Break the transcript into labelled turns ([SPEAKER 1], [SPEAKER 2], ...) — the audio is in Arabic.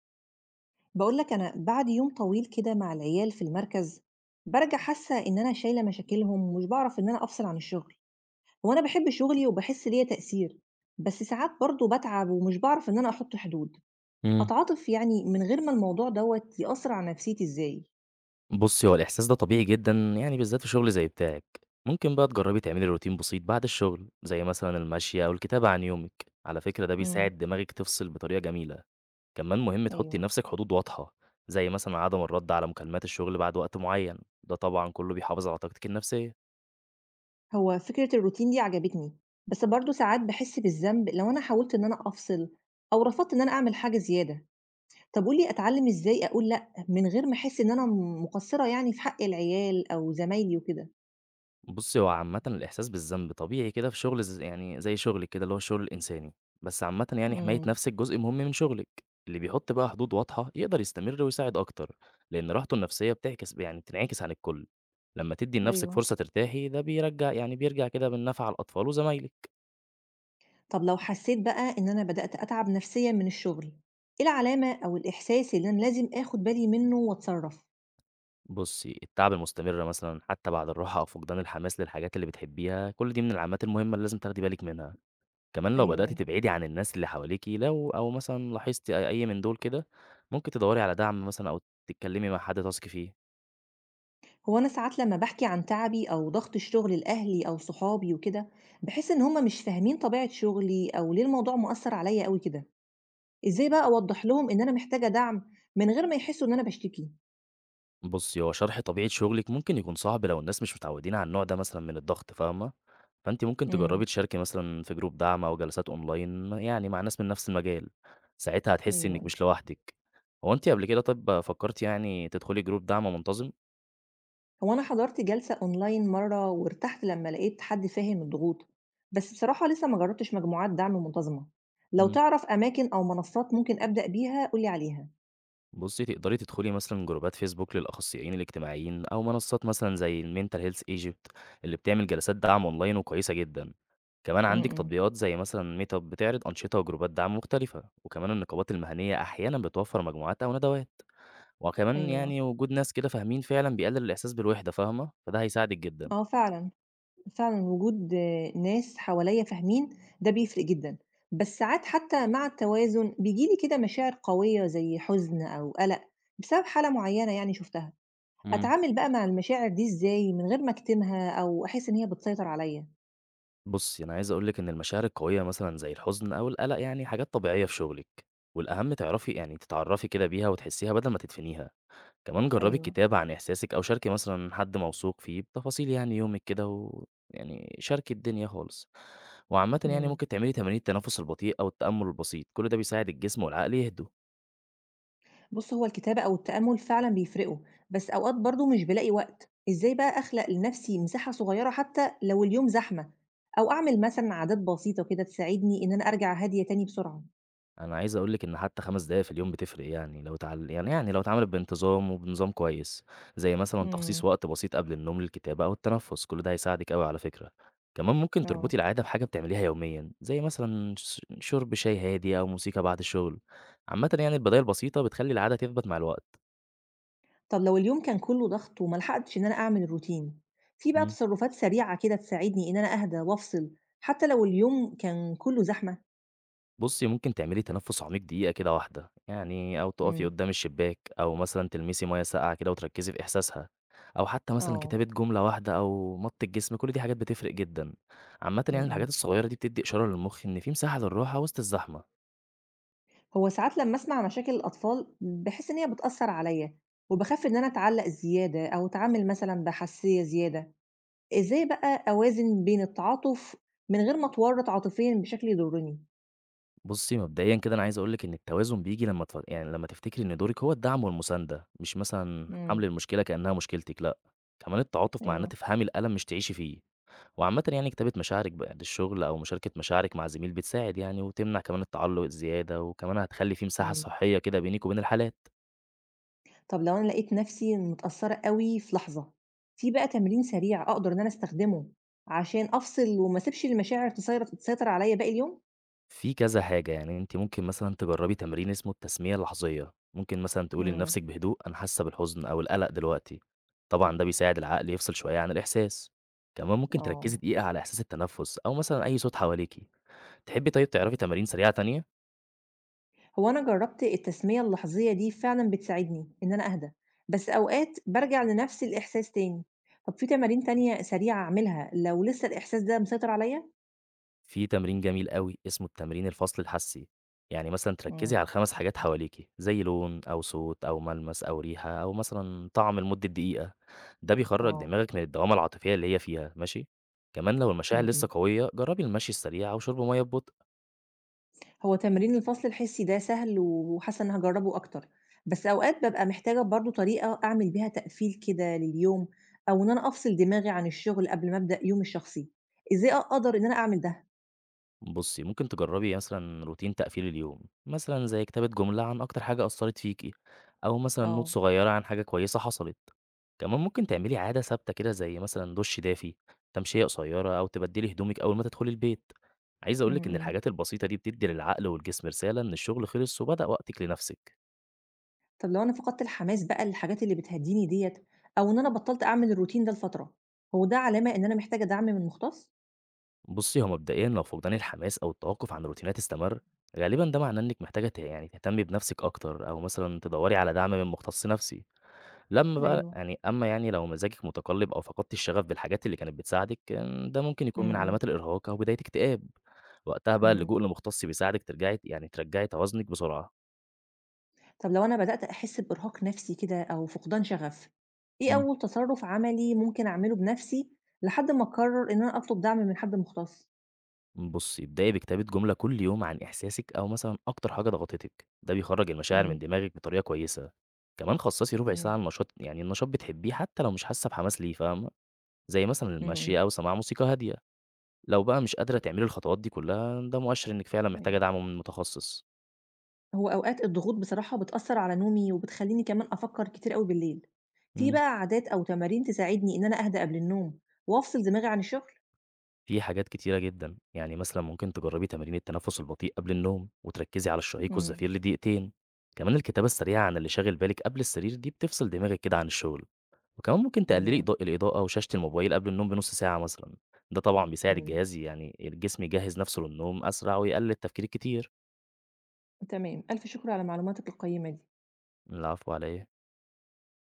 [SPEAKER 1] بقول لك أنا بعد يوم طويل كده مع العيال في المركز، برجع حاسة إن أنا شايلة مشاكلهم ومش بعرف إن أنا أفصل عن الشغل. هو أنا بحب شغلي وبحس ليا تأثير، بس ساعات برضه بتعب ومش بعرف إن أنا أحط حدود.
[SPEAKER 2] إمم.
[SPEAKER 1] أتعاطف يعني من غير ما الموضوع دوت يأثر على نفسيتي إزاي.
[SPEAKER 2] بُصّي، هو الإحساس ده طبيعي جدًا، يعني بالذات في شغل زي بتاعِك. ممكن بقى تجرّبي تعملي روتين بسيط بعد الشغل، زي مثلًا المشي أو الكتابة عن يومِك. على فكرة ده
[SPEAKER 1] امم.
[SPEAKER 2] بيساعد دماغِك تفصل بطريقة جميلة. كمان مهم تحُطّي
[SPEAKER 1] ايوه.
[SPEAKER 2] لنفسِك حدود واضحة، زي مثلًا عدم الرَد على مكالمات الشغل بعد وقت معيّن، ده طبعًا كُلّه بيحافظ على طاقتِك النفسية.
[SPEAKER 1] هو فكرة الروتين دي عجبتني، بس برضه ساعات بحس بالذنب لو أنا حاولت إن أنا أفصل أو رفضت إن أنا أعمل حاجة زيادة. طب قُل لي أتعلّم إزاي أقول لأ، من غير ما أحس إن أنا مقصّرة يعني في حق العيال أو زمايلي وكده؟
[SPEAKER 2] بُصّي، هو عامةً الإحساس بالذنب طبيعي كده في شغل ز يعني زي شغلِك كده، اللي هو الشغل الإنساني. بس عامةً يعني حماية
[SPEAKER 1] إمم،
[SPEAKER 2] نَفْسِك جزء مهم من شغلِك. اللي بيحُط بقى حدود واضحة يقدر يستمر ويساعد أكتر، لإن راحته النفسية بتعكس ب يعني بتنعكس عن الكل. لمّا تدّي لنَفْسِك
[SPEAKER 1] أيوه.
[SPEAKER 2] فرصة ترتاحي، ده بيرجّع يعني بيرجع كده بالنفع لأطفال وزمايلِك.
[SPEAKER 1] طب لو حسّيت بقى إن أنا بدأت أتعب نفسيًا من الشغل، إيه العلامة أو الإحساس اللي أنا لازم آخُد بالي منّه وأتصرّف؟
[SPEAKER 2] بُصّي، التعب المستمر مثلًا حتى بعد الراحة أو فقدان الحماس للحاجات اللي بتحبّيها، كل دي من العلامات المهمة اللي لازم تاخدي بالِك منها. كمان لو
[SPEAKER 1] أيوه،
[SPEAKER 2] بدأتِ
[SPEAKER 1] أيوه.
[SPEAKER 2] تبعدي عن الناس اللي حواليكِ، أو مثلًا لاحظتِ أي من دول كده، ممكن تدوّري على دعم مثلًا أو تتكلمي مع حد تثقي فيه.
[SPEAKER 1] هو أنا ساعات لمّا باحكي عن تعبي أو ضغط الشغل لأهلي أو صحابي وكده، باحس إن هم مش فاهمين طبيعة شغلي أو ليه الموضوع مأثّر عليّا أوي كده. إزاي بقى أوضّح لهم إن أنا محتاجة دعم من غير ما يحسّوا إن أنا باشتكي؟
[SPEAKER 2] بُصّي، هو شرح طبيعة شغلِك ممكن يكون صعب لو الناس مش متعودين على النوع ده مثلًا من الضغط، فاهمة؟ فأنتِ ممكن
[SPEAKER 1] إمم،
[SPEAKER 2] تجربي تشاركي مثلًا في جروب دعم أو جلسات أونلاين يعني مع ناس من نفس المجال، ساعتها
[SPEAKER 1] أيوه،
[SPEAKER 2] هتحسي إنِك
[SPEAKER 1] أيوه.
[SPEAKER 2] مش لوحدِك. هو أنتِ قبل كده طيب فكرتِ يعني تدخلي جروب دعم منتظم؟
[SPEAKER 1] هو أنا حضرت جلسة أونلاين مرة وارتحت لما لقيت حد فاهم الضغوط، بس بصراحة لسه ما جربتش مجموعات دعم منتظمة. لو
[SPEAKER 2] إمم.
[SPEAKER 1] تعرف أماكن أو منصات ممكن أبدأ بيها قولي عليها.
[SPEAKER 2] بُصّي، تقدري تدخلي مثلًا جروبات فيسبوك للأخصائيين الاجتماعيين، أو منصات مثلًا زي الmental health Egypt اللي بتعمل جلسات دعم أونلاين وكويسة جدًا. كمان عندِك
[SPEAKER 1] امم.
[SPEAKER 2] تطبيقات زي مثلًا meetup بتعرض أنشطة وجروبات دعم مختلفة، وكمان النقابات المهنية أحيانًا بتوفر مجموعات أو ندوات، وكمان
[SPEAKER 1] أيوه.
[SPEAKER 2] يعني وجود ناس كده فاهمين فعلًا بيقلل الإحساس بالوحدة فاهمة؟ فده هيساعدِك جدًا.
[SPEAKER 1] أه، فعلا. فعلا، وجود آه، ناس حواليا فاهمين ده بيفرق جدا. بس ساعات حتى مع التوازن بيجيلي كده مشاعر قوية زي حزن أو قلق بسبب حالة معينة يعني شفتها.
[SPEAKER 2] إمم.
[SPEAKER 1] أتعامل بقى مع المشاعر دي إزاي من غير ما أكتمها أو أحس إن هي بتسيطر عليا؟
[SPEAKER 2] بُصّي، أنا عايز أقول لِك إن المشاعر القوية مثلًا زي الحزن أو القلق يعني حاجات طبيعية في شغلِك، والأهم تعرفي يعني تتعرفي كده بيها وتحسيها بدل ما تدفنيها. كمان جربي
[SPEAKER 1] أيوه.
[SPEAKER 2] الكتابة عن إحساسِك أو شاركي مثلًا حد موثوق فيه بتفاصيل يعني يومِك كده ويعني شاركي الدنيا خالص. وعامةً يعني
[SPEAKER 1] امم.
[SPEAKER 2] ممكن تعملي تمارين التنفس البطيء أو التأمل البسيط، كل ده بيساعد الجسم والعقل يهدوا.
[SPEAKER 1] بُص، هو الكتابة أو التأمُّل فعلًا بيفرقوا، بس أوقات برضه مش بالاقي وقت. إزاي بقى أخلق لنفسي مساحة صغيرة حتى لو اليوم زحمة، أو أعمل مثلًا عادات بسيطة كده تساعدني إن أنا أرجع هادية تاني بسرعة؟
[SPEAKER 2] أنا عايز أقول لِك إن حتى 5 دقايق في اليوم بتفرق يعني، لو اتعل يعني يعني لو اتعملت بانتظام وبنظام كويس، زي مثلًا تخصيص
[SPEAKER 1] إمم،
[SPEAKER 2] وقت بسيط قبل النوم للكتابة أو التنفس، كل ده هيساعدِك أوي على فكرة. كمان ممكن
[SPEAKER 1] آه.
[SPEAKER 2] تربطي العادة بحاجة بتعمليها يوميًا، زي مثلًا شرب شاي هادي أو موسيقى بعد الشغل. عامةً يعني البدايل البسيطة بتخلّي العادة تثبت مع الوقت.
[SPEAKER 1] طب لو اليوم كان كله ضغط وما لحقتش إن أنا أعمل الروتين، في بقى
[SPEAKER 2] إمم.
[SPEAKER 1] تصرفات سريعة كده تساعدني إن أنا أهدى وأفصل، حتى لو اليوم كان كله زحمة؟
[SPEAKER 2] بُصّي، ممكن تعملي تنفُّس عميق دقيقة كده واحدة، يعني أو تُقفي
[SPEAKER 1] إمم،
[SPEAKER 2] قدّام الشباك أو مثلًا تلمسي مَيّة ساقعة كده وتركّزي في إحساسها، أو حتى مثلًا
[SPEAKER 1] آه،
[SPEAKER 2] كتابة جملة واحدة أو مَطّ الجسم، كل دي حاجات بتفرق جدًا. عامةً
[SPEAKER 1] إمم،
[SPEAKER 2] يعني الحاجات
[SPEAKER 1] إمم.
[SPEAKER 2] الصغيّرة دي بتدّي إشارة للمُخ إن في مساحة للراحة وسط الزحمة.
[SPEAKER 1] هو ساعات لمّا أسمع مشاكل الأطفال باحس إن هي بتأثّر عليّا، وباخاف إن أنا أتعلّق زيادة أو أتعامل مثلًا بحساسية زيادة. إزاي بقى أوازن بين التعاطف من غير ما أتورّط عاطفيًا بشكل يضرني؟
[SPEAKER 2] بُصّي، مبدئيًا كده أنا عايز أقول لِك إن التوازن بييجي لمّا تف يعني لمّا تفتكري إن دورِك هو الدعم والمساندة، مش مثلًا حَمْل
[SPEAKER 1] إمم،
[SPEAKER 2] المشكلة كإنّها مشكلتِك لأ، كمان التعاطف مع إنّها
[SPEAKER 1] أيوه،
[SPEAKER 2] تفهمي الألم مش تعيشي فيه. وعامةً يعني كتابة مشاعرِك بعد الشغل أو مشاركة مشاعرِك مع زميل بتساعد يعني وتمنع كمان التعلُّق الزيادة، وكمان هتخلّي في مساحة
[SPEAKER 1] إمم.
[SPEAKER 2] صحية كده بينِك وبين الحالات.
[SPEAKER 1] طب لو أنا لقيت نفسي متأثّرة أوي في لحظة، في بقى تمرين سريع أقدر إن أنا أستخدمه عشان أفصل وما أسيبش المشاعر تسيطر عليّا باقي اليوم؟
[SPEAKER 2] في كذا حاجة، يعني أنتِ ممكن مثلًا تجرّبي تمرين اسمه التسمية اللحظية، ممكن مثلًا تقولي
[SPEAKER 1] إمم،
[SPEAKER 2] لنفسِك بهدوء: "أنا حاسة بالحزن أو القلق دلوقتي." طبعًا ده بيساعد العقل يفصل شوية عن الإحساس. كمان ممكن تركّزي
[SPEAKER 1] آه.
[SPEAKER 2] دقيقة على إحساس التنفُّس أو مثلًا أي صوت حواليكِ. تحبّي طيب تعرفي تمارين سريعة تانية؟
[SPEAKER 1] هو أنا جرّبت التسمية اللحظية دي فعلًا بتساعدني إن أنا أهدى، بس أوقات بارجع لنفس الإحساس تاني. طب في تمارين تانية سريعة أعملها لو لسه الإحساس ده مسيطر عليّا؟
[SPEAKER 2] في تمرين جميل أوي اسمه التمرين الفصل الحسي، يعني مثلًا تركّزي على
[SPEAKER 1] إمم،
[SPEAKER 2] ال5 حاجات حواليكِ، زي لون أو صوت أو ملمس أو ريحة أو مثلًا طعم لمدة دقيقة، ده بيخرّج
[SPEAKER 1] آه،
[SPEAKER 2] دماغِك من الدوامة العاطفية اللي هي فيها، ماشي؟ كمان لو المشاعر
[SPEAKER 1] إمم،
[SPEAKER 2] لسه
[SPEAKER 1] إمم.
[SPEAKER 2] قوية جرّبي المشي السريع أو شرب مَيّة ببطء.
[SPEAKER 1] هو تمرين الفصل الحسي ده سهل وحاسة إني هاجرّبه أكتر، بس أوقات بابقى محتاجة برضه طريقة أعمل بيها تقفيل كده لليوم أو إن أنا أفصل دماغي عن الشغل قبل ما أبدأ يومي الشخصي. إزاي أقدر إن أنا أعمل ده؟
[SPEAKER 2] بُصّي، ممكن تجرّبي مثلًا روتين تقفيل اليوم، مثلًا زي كتابة جملة عن أكتر حاجة أثّرت فيكِ، أو مثلًا note
[SPEAKER 1] آه،
[SPEAKER 2] صغيّرة عن حاجة كويسة حصلت. كمان ممكن تعملي عادة ثابتة كده زي مثلًا دُش دافي، تمشية قصيّرة، أو تبدّلي هدومِك أول ما تدخلي البيت. عايز أقول
[SPEAKER 1] إمم،
[SPEAKER 2] لِك إن
[SPEAKER 1] إمم.
[SPEAKER 2] الحاجات البسيطة دي بتدّي للعقل والجسم رسالة إن الشغل خلص وبدأ وقتِك لنفسِك.
[SPEAKER 1] طب لو أنا فقدت الحماس بقى للحاجات اللي بتهدّيني ديّة أو إن أنا بطّلت أعمل الروتين ده لفترة، هو ده علامة إن أنا محتاجة دعم من مُختص؟
[SPEAKER 2] بُصّي، هو مبدئيًا لو فقدان الحماس أو التوقُّف عن الروتينات استمر، غالبًا ده معناه إنِّك محتاجة ت يعني تهتمي بنفسِك أكتر، أو مثلًا تدوّري على دعم من مختص نفسي. لمّا بقى
[SPEAKER 1] أيوه.
[SPEAKER 2] يعني أمّا يعني لو مزاجِك متقلِّب أو فقدتِ الشغف بالحاجات اللي كانت بتساعدِك، ده ممكن
[SPEAKER 1] إمم،
[SPEAKER 2] يكون من
[SPEAKER 1] إمم،
[SPEAKER 2] علامات الإرهاق أو بداية اكتئاب، وقتها بقى
[SPEAKER 1] إمم.
[SPEAKER 2] اللجوء لمختص بيساعدِك ترجعي يعني ترجّعي توازنِك بسرعة.
[SPEAKER 1] طب لو أنا بدأت أحس بإرهاق نفسي كده أو فقدان شغف، إيه
[SPEAKER 2] إمم.
[SPEAKER 1] أول تصرُّف عملي ممكن أعمله بنفسي لحد ما أقرّر إن أنا أطلب دعم من حد مُختص؟
[SPEAKER 2] بُصّي، ابدئي بكتابة جملة كل يوم عن إحساسِك أو مثلًا أكتر حاجة ضغطتِك، ده بيخرّج المشاعر من
[SPEAKER 1] إمم،
[SPEAKER 2] دماغِك بطريقة كويسة. كمان خصّصي ربع ساعة
[SPEAKER 1] تمام.
[SPEAKER 2] لنشاط يعني نشاط بتحبيه حتى لو مش حاسة بحماس ليه، فاهمة؟ زي مثلًا
[SPEAKER 1] إمم، إمم،
[SPEAKER 2] المشي أو سماع موسيقى هادية. لو بقى مش قادرة تعملي الخطوات دي كلّها، ده مؤشر إنِّك فعلًا محتاجة
[SPEAKER 1] أيوه.
[SPEAKER 2] دعم من متخصص.
[SPEAKER 1] هو أوقات الضغوط بصراحة بتأثّر على نومي وبتخلّيني كمان أفكّر كتير أوي بالليل. في
[SPEAKER 2] إمم.
[SPEAKER 1] بقى عادات أو تمارين تساعدني إن أنا أهدى قبل النوم وأفصل دماغي عن الشغل؟
[SPEAKER 2] في حاجات كتيرة جدًا، يعني مثلًا ممكن تجرّبي تمارين التنفس البطيء قبل النوم، وتركّزي على الشهيق
[SPEAKER 1] إمم،
[SPEAKER 2] والزفير لدقيقتين، كمان الكتابة السريعة عن اللي شاغل بالِك قبل السرير دي بتفصل دماغِك كده عن الشغل، وكمان ممكن تقللي
[SPEAKER 1] أيوه،
[SPEAKER 2] الإضاءة وشاشة الموبايل قبل النوم بنُص ساعة مثلًا، ده طبعًا بيساعد
[SPEAKER 1] إمم،
[SPEAKER 2] الجهاز يعني الجسم يجهّز نَفْسه للنوم أسرع ويقلل التفكير الكتير.
[SPEAKER 1] تمام، ألف شكر على معلوماتك القيّمة دي.
[SPEAKER 2] العفو على إيه؟